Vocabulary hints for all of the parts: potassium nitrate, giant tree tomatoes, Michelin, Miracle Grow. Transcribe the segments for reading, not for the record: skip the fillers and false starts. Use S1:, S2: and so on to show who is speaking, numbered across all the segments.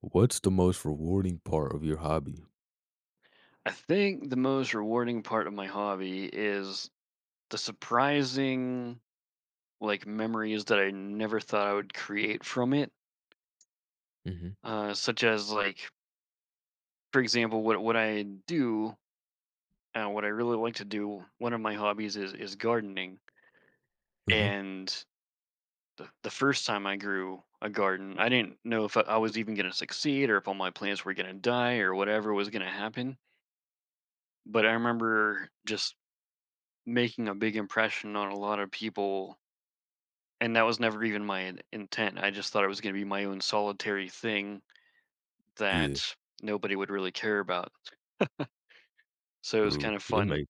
S1: What's the most rewarding part of your hobby?
S2: I think the most rewarding part of my hobby is the surprising like memories that I never thought I would create from it.
S1: Hmm.
S2: Uh, such as like, for example, what I do, what I really like to do. One of my hobbies is gardening,
S1: Huh.
S2: and the first time I grew a garden, I didn't know if I was even going to succeed or if all my plants were going to die or whatever was going to happen. But I remember just making a big impression on a lot of people. And that was never even my in intent. I just thought it was gonna be my own solitary thing
S1: Yeah,
S2: that nobody would really care about. So it was
S1: true.
S2: kind of
S1: It
S2: fun.
S1: makes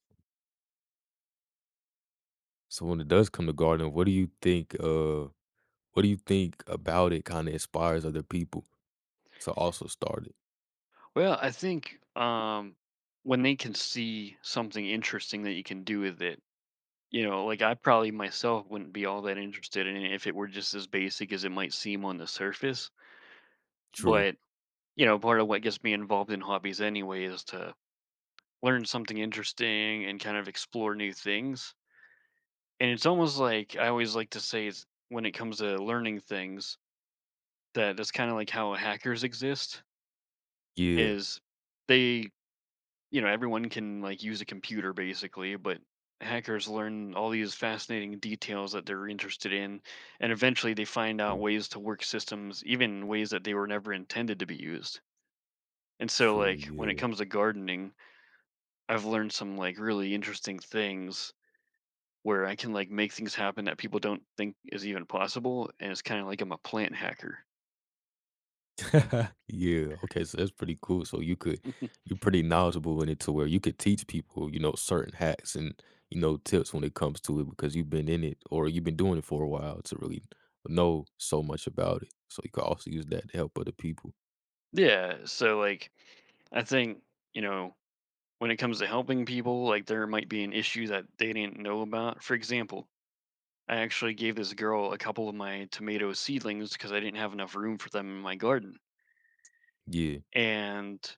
S1: so when it does come to gardening, what do you think? What do you think about it? Kind of inspires other people to also start it.
S2: Well, I think, when they can see something interesting that you can do with it, like, I probably myself wouldn't be all that interested in it if it were just as basic as it might seem on the surface,
S1: True.
S2: but, part of what gets me involved in hobbies anyway is to learn something interesting and kind of explore new things. And it's almost like I always like to say, it's when it comes to learning things that that's kind of like how hackers exist
S1: Yeah.
S2: is they, everyone can like use a computer basically, but hackers learn all these fascinating details that they're interested in, and eventually they find out
S1: True.
S2: ways to work systems even in ways that they were never intended to be used. And so
S1: True.
S2: like when it
S1: Yeah.
S2: comes to gardening, I've learned some like really interesting things where I can like make things happen that people don't think is even possible, and it's kind of like I'm a plant hacker.
S1: Yeah, okay, so that's pretty cool. So you could you're pretty knowledgeable in it to where you could teach people, you know, certain hacks and, you know, tips when it comes to it because you've been in it or you've been doing it for a while to really know so much about it. So you could also use that to help other people.
S2: Yeah, so like I think you know when it comes to helping people, like there might be an issue that they didn't know about. For example, I actually gave this girl a couple of my tomato seedlings because I didn't have enough room for them in my garden,
S1: Yeah,
S2: and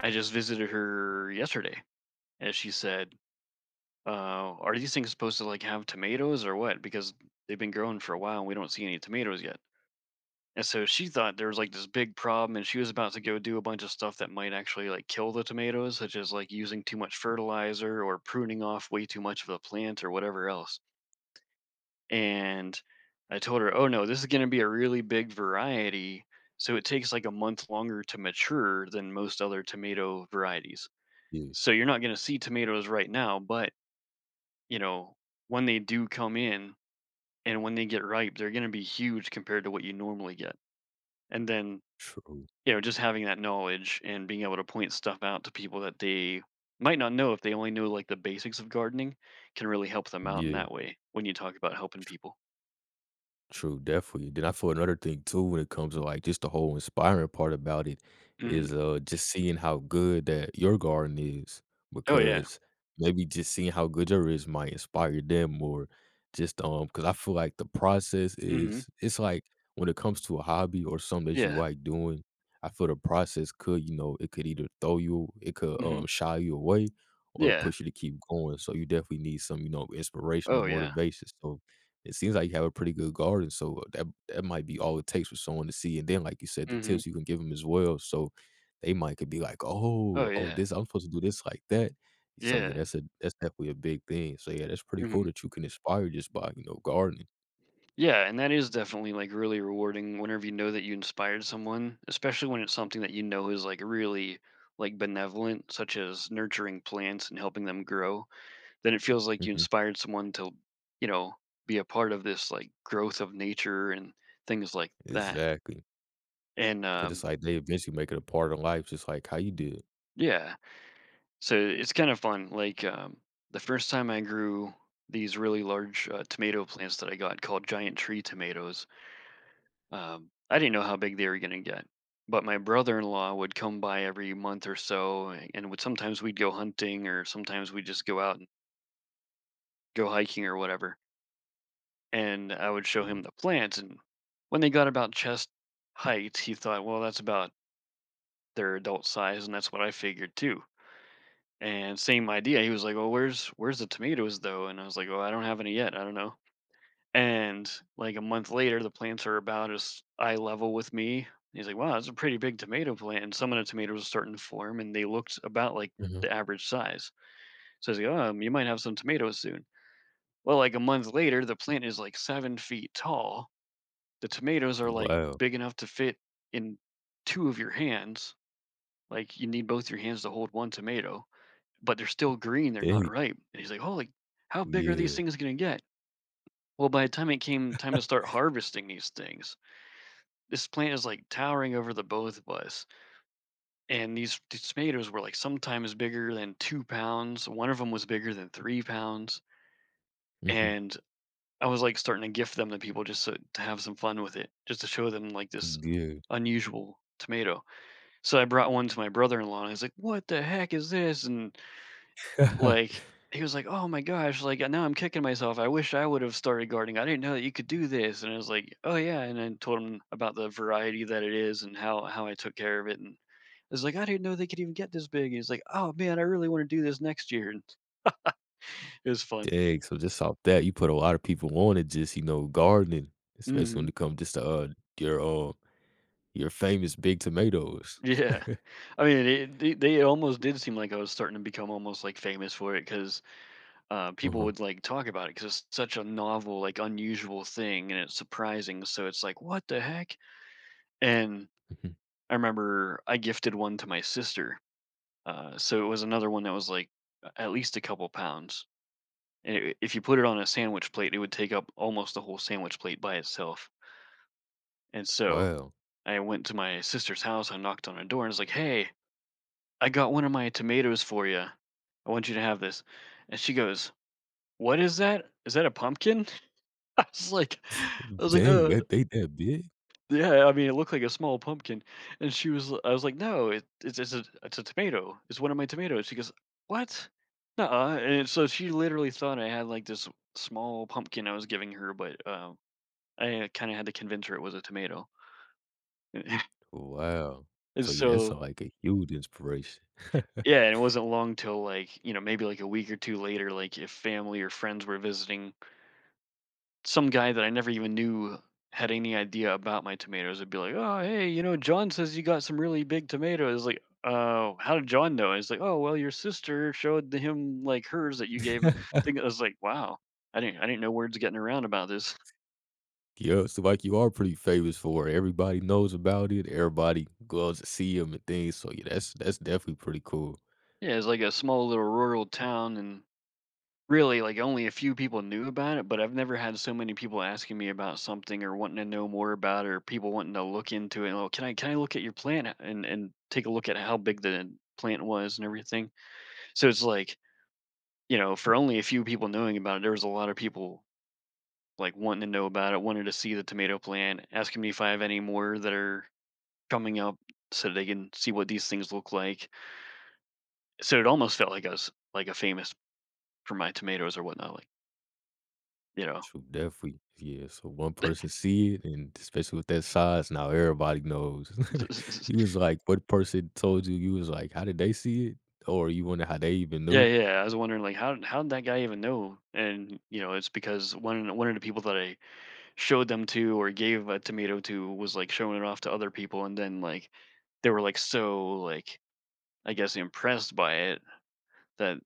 S2: I just visited her yesterday, and she said. Are these things supposed to like have tomatoes or what? Because they've been growing for a while and we don't see any tomatoes yet. And so she thought there was like this big problem, and she was about to go do a bunch of stuff that might actually like kill the tomatoes, such as like using too much fertilizer or pruning off way too much of the plant or whatever else. And I told her, oh no, this is going to be a really big variety. So it takes like a month longer to mature than most other tomato varieties.
S1: yeah,
S2: So you're not going to see tomatoes right now, but you know, when they do come in and when they get ripe, they're going to be huge compared to what you normally get. And then
S1: true.
S2: just having that knowledge and being able to point stuff out to people that they might not know if they only know like the basics of gardening can really help them out in
S1: Yeah.
S2: that way when you talk about helping people.
S1: True, definitely. Then I feel another thing too when it comes to like just the whole inspiring part about it
S2: hmm
S1: is just seeing how good that your garden is
S2: Oh yeah.
S1: because maybe just seeing how good your is might inspire them or just because I feel like the process
S2: hmm
S1: is it's like when it comes to a hobby or something that you
S2: Yeah.
S1: like doing, I feel the process could, you know, it could either throw you, it could
S2: hmm
S1: shy you away or
S2: Yeah.
S1: push you to keep going. So you definitely need some, you know, inspiration or
S2: Oh yeah.
S1: motivation. So it seems like you have a pretty good guard, and so that might be all it takes for someone to see. And then, like you said, the
S2: hmm
S1: tips you can give them as well, so they might could be like, "Oh,
S2: Oh
S1: oh,
S2: yeah.
S1: this I'm supposed to do this like that." So yeah,
S2: Yeah.
S1: that's a that's definitely a big thing. So yeah, that's pretty cool
S2: hmm
S1: that you can inspire just by you know gardening.
S2: Yeah. And that is definitely like really rewarding whenever you know that you inspired someone, especially when it's something that you know is like really like benevolent, such as nurturing plants and helping them grow. Then it feels like you
S1: Mhm.
S2: inspired someone to, you know, be a part of this like growth of nature and things like that.
S1: Because
S2: And
S1: it's like they eventually make it a part of life, just like how you did.
S2: yeah, so it's kind of fun. Like the first time I grew these really large tomato plants that I got called giant tree tomatoes, I didn't know how big they were going to get. But my brother-in-law would come by every month or so, and would sometimes we'd go hunting, or sometimes we'd just go out and go hiking or whatever, and I would show him the plants. And when they got about chest height, he thought, well, that's about their adult size, and that's what I figured too. And same idea. He was like, well, where's the tomatoes though? And I was like, oh, I don't have any yet. I don't know. And like a month later, the plants are about as eye level with me. He's like, wow, that's a pretty big tomato plant. And some of the tomatoes are starting to form, and they looked about like
S1: Mhm.
S2: the average size. So I was like, oh, you might have some tomatoes soon. Well, like a month later, the plant is like 7 feet tall, the tomatoes are like
S1: Wow.
S2: big enough to fit in two of your hands. Like you need both your hands to hold one tomato, but they're still green. They're not
S1: Dang.
S2: ripe. And he's like, holy, how big are these
S1: Yeah.
S2: things going to get? Well, by the time it came time to start harvesting these things, this plant is like towering over the both of us. And these tomatoes were like sometimes bigger than 2 pounds. One of them was bigger than 3 pounds.
S1: Mhm.
S2: And I was like starting to gift them to people just so, to have some fun with it, just to show them like this
S1: Yeah.
S2: unusual tomato. So I brought one to my brother-in-law, and I was like, "What the heck is this?" And, like, he was like, "Oh my gosh, like, now I'm kicking myself. I wish I would've started gardening. I didn't know that you could do this." And I was like, "Oh, yeah," and I told him about the variety that it is and how I took care of it, and I was like, "I didn't know they could even get this big." And he's like, "Oh, man, I really wanna do this next year." And it was fun.
S1: Dang, so just off that, you put a lot of people on to just, you know, gardening, especially when
S2: Mhm.
S1: it comes just to, your, uh, your famous big tomatoes.
S2: Yeah. I mean, it they almost did seem like I was starting to become almost, like, famous for it because. People
S1: Uh-huh.
S2: would like talk about it because it's such a novel, like unusual thing, and it's surprising. So it's like, what the heck? And
S1: Mhm.
S2: I remember I gifted one to my sister. So it was another one that was like at least a couple pounds. And it, if you put it on a sandwich plate, it would take up almost the whole sandwich plate by itself. And so
S1: Wow.
S2: I went to my sister's house. I knocked on her door and was like, hey, I got one of my tomatoes for you. I want you to have this. And she goes, what is that? Is that a pumpkin? I was like, I was like,
S1: Dang,
S2: "No."
S1: that they that big?
S2: Yeah, I mean, it looked like a small pumpkin, and she was I was like, "No, it it's a tomato. It's one of my tomatoes." She goes, "What? Nuh-uh," and so she literally thought I had, like, this small pumpkin I was giving her, but, I kinda had to convince her it was a tomato.
S1: Wow.
S2: And
S1: So, yeah, that's,
S2: so
S1: like, a huge inspiration.
S2: yeah, and it wasn't long till, like, maybe, like, a week or 2 later, like, if family or friends were visiting, some guy that I never even knew had any idea about my tomatoes would be like, "Oh, hey, you know, John says you got some really big tomatoes." Like, "Oh, how did John know?" It's like, "Oh, well, your sister showed him like hers that you gave her." Thing I was like, "Wow, I didn't know words getting around about this."
S1: Yeah, so, like, you are pretty famous for it. Everybody knows about it. Everybody goes to see 'em and things. So, yeah, that's definitely pretty cool.
S2: Yeah, it's like a small little rural town, and really, like, only a few people knew about it, but I've never had so many people asking me about something or wanting to know more about it or people wanting to look into it, "Oh, can I look at your plant and take a look at how big the plant was and everything?" So it's like, for only a few people knowing about it, there was a lot of people, like, wanting to know about it, wanted to see the tomato plant, asking me if I have any more that are coming up so they can see what these things look like. So it almost felt like I was, like, a famous for my tomatoes or whatnot, like, you know?
S1: Shoot, definitely. Yeah, so one person see it, and especially with that size, now everybody knows. You was like, what person told you? You was like, how did they see it? Or you wonder how they even
S2: Yeah,
S1: knew?
S2: yeah. Yeah, I was wondering, like, how did that guy even know? And you know, it's because one of the people that I showed them to or gave a tomato to was like showing it off to other people, and then like they were like so like I guess impressed by it that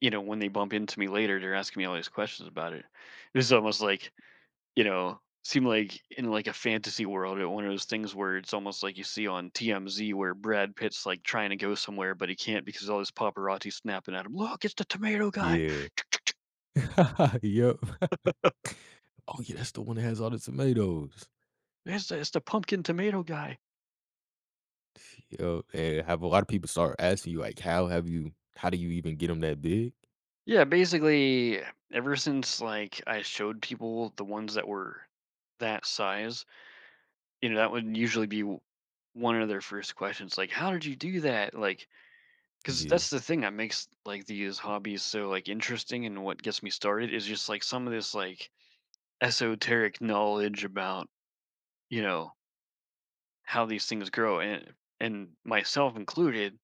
S2: you know when they bump into me later, they're asking me all these questions about it. It was almost like seem like in like a fantasy world, or one of those things where it's almost like you see on TMZ where Brad Pitt's like trying to go somewhere but he can't because all this paparazzi snapping at him. Look, it's the tomato guy.
S1: Yeah. Yep. Oh, yeah, that's the one that has all the tomatoes.
S2: It's the pumpkin tomato guy.
S1: Yep, and have a lot of people start asking you, like, how do you even get them that big?
S2: Yeah, basically ever since like I showed people the ones that were that size, you know, that would usually be one of their first questions, like, how did you do that? Like, because
S1: Yeah.
S2: that's the thing that makes like these hobbies so like interesting, and what gets me started is just like some of this like esoteric knowledge about, you know, how these things grow. And myself included,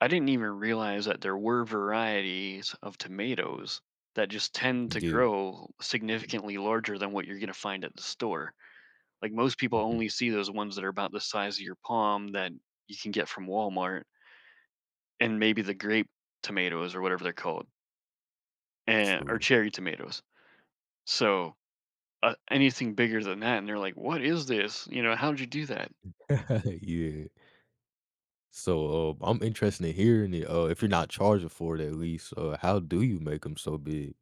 S2: I didn't even realize that there were varieties of tomatoes that just tend to
S1: Yeah.
S2: grow significantly larger than what you're going to find at the store. Like, most people
S1: Mhm.
S2: only see those ones that are about the size of your palm that you can get from Walmart, and maybe the grape tomatoes, or whatever they're called, and or
S1: True.
S2: cherry tomatoes. So anything bigger than that, and they're like, "What is this? You know, how'd you do that?"
S1: Yeah. So, I'm interested in hearing it. If you're not charging for it, at least, how do you make them so big?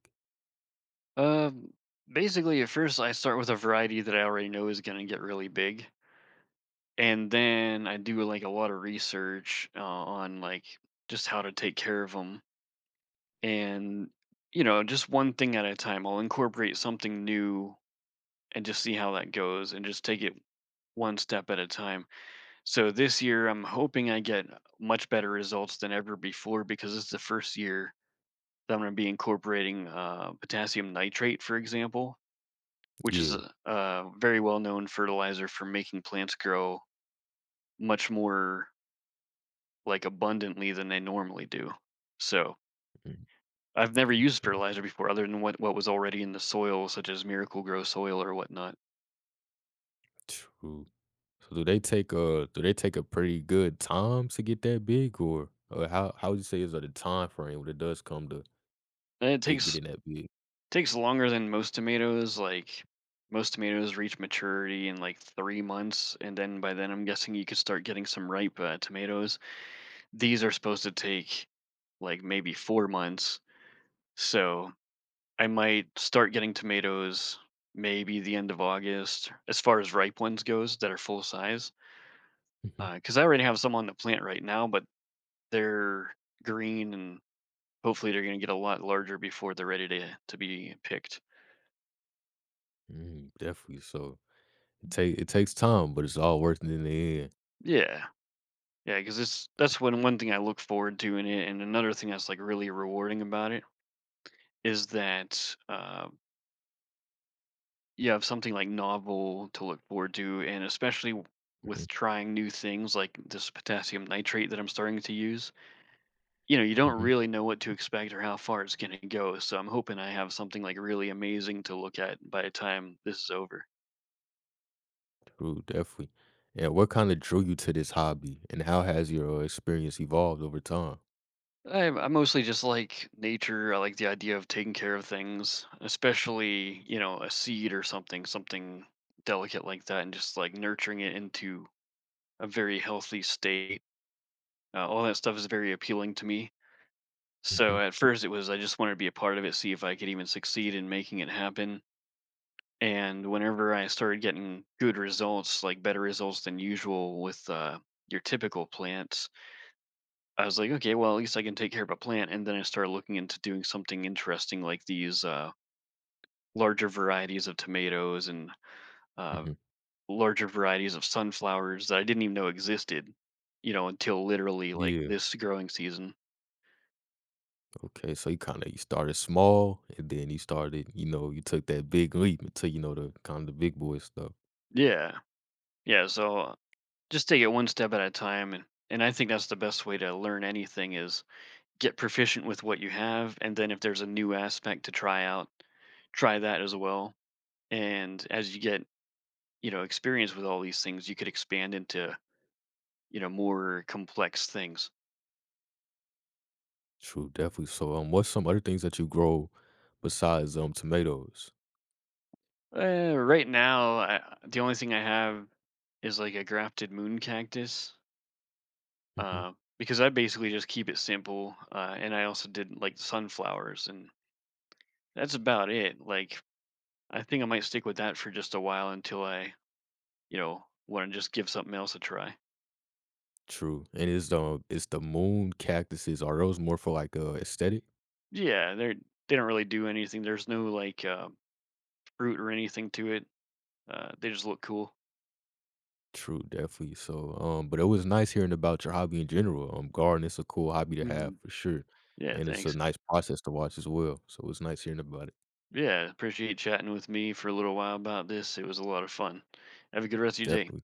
S2: Um, Basically, at first, I start with a variety that I already know is going to get really big, and then I do like a lot of research on like just how to take care of them, and you know, just one thing at a time. I'll incorporate something new and just see how that goes, and just take it one step at a time. So this year, I'm hoping I get much better results than ever before, because it's the first year that I'm going to be incorporating potassium nitrate, for example, which is
S1: Yeah.
S2: a very well known fertilizer for making plants grow much more like abundantly than they normally do. So
S1: Mm,
S2: I've never used
S1: okay.
S2: fertilizer before other than what was already in the soil, such as Miracle Grow soil or whatnot.
S1: True. So do they take a pretty good time to get that big, or how would you say is the time frame when it does come to
S2: And it
S1: it
S2: takes
S1: getting that big?
S2: Takes longer than most tomatoes, like, most tomatoes reach maturity in, like, 3 months, and then by then, I'm guessing you could start getting some ripe, tomatoes. These are supposed to take, like, maybe 4 months, so I might start getting tomatoes maybe the end of August, as far as ripe ones goes that are full size.
S1: Mhm.
S2: Because I already have some on the plant right now, but they're green, and hopefully, they're gonna get a lot larger before they're ready to be picked.
S1: Mm, definitely. So it takes time, but it's all worth it in the end.
S2: Yeah. Yeah, because it's that's when, one thing I look forward to in it, and another thing that's like really rewarding about it, is that you have something like novel to look forward to, and especially
S1: Mhm,
S2: with trying new things like this potassium nitrate that I'm starting to use. You know, you don't
S1: mhm.
S2: really know what to expect or how far it's going to go, so I'm hoping I have something like really amazing to look at by the time this is over.
S1: True. Definitely. And what kind of drew you to this hobby, and how has your experience evolved over time?
S2: I mostly just like nature. I like the idea of taking care of things, especially, you know, a seed or something, something delicate like that, and just like nurturing it into a very healthy state. All that stuff is very appealing to me.
S1: Hmm.
S2: So at first, it was, I just wanted to be a part of it, see if I could even succeed in making it happen. And whenever I started getting good results, like better results than usual with your typical plants, I was like, "Okay, well, at least I can take care of a plant." And then I started looking into doing something interesting like these, larger varieties of tomatoes, and, uh,
S1: Hmm.
S2: larger varieties of sunflowers that I didn't even know existed, you know, until literally, like,
S1: Yeah.
S2: this growing season.
S1: Okay, so you kinda you started small and then you started, you know, you took that big leap into, you know, the kind of the big boy stuff.
S2: Yeah. Yeah, so just take it one step at a time, and I think that's the best way to learn anything is, get proficient with what you have, and then if there's a new aspect to try out, try that as well. And as you get, you know, experience with all these things, you could expand into, you know, more complex things.
S1: True, definitely. So, what's some other things that you grow besides, tomatoes?
S2: Right now, the only thing I have is like a grafted moon cactus,
S1: Mhm.
S2: uh, because I basically just keep it simple, and I also did like sunflowers, and that's about it. Like, I think I might stick with that for just a while until I, you know, want to just give something else a try.
S1: True, and is the moon cactuses are those more for, like, aesthetic?
S2: Yeah, they're, they don't really do anything. There's no like, fruit or anything to it. Uh, they just look cool.
S1: True, definitely. So, but it was nice hearing about your hobby in general. Gardening is a cool hobby to have
S2: Hmm,
S1: for sure,
S2: yeah,
S1: and it's a
S2: thanks.
S1: nice process to watch as well. So, it's nice hearing about it.
S2: Yeah, appreciate chatting with me for a little while about this. It was a lot of fun. Have a good rest of your day.
S1: Definitely.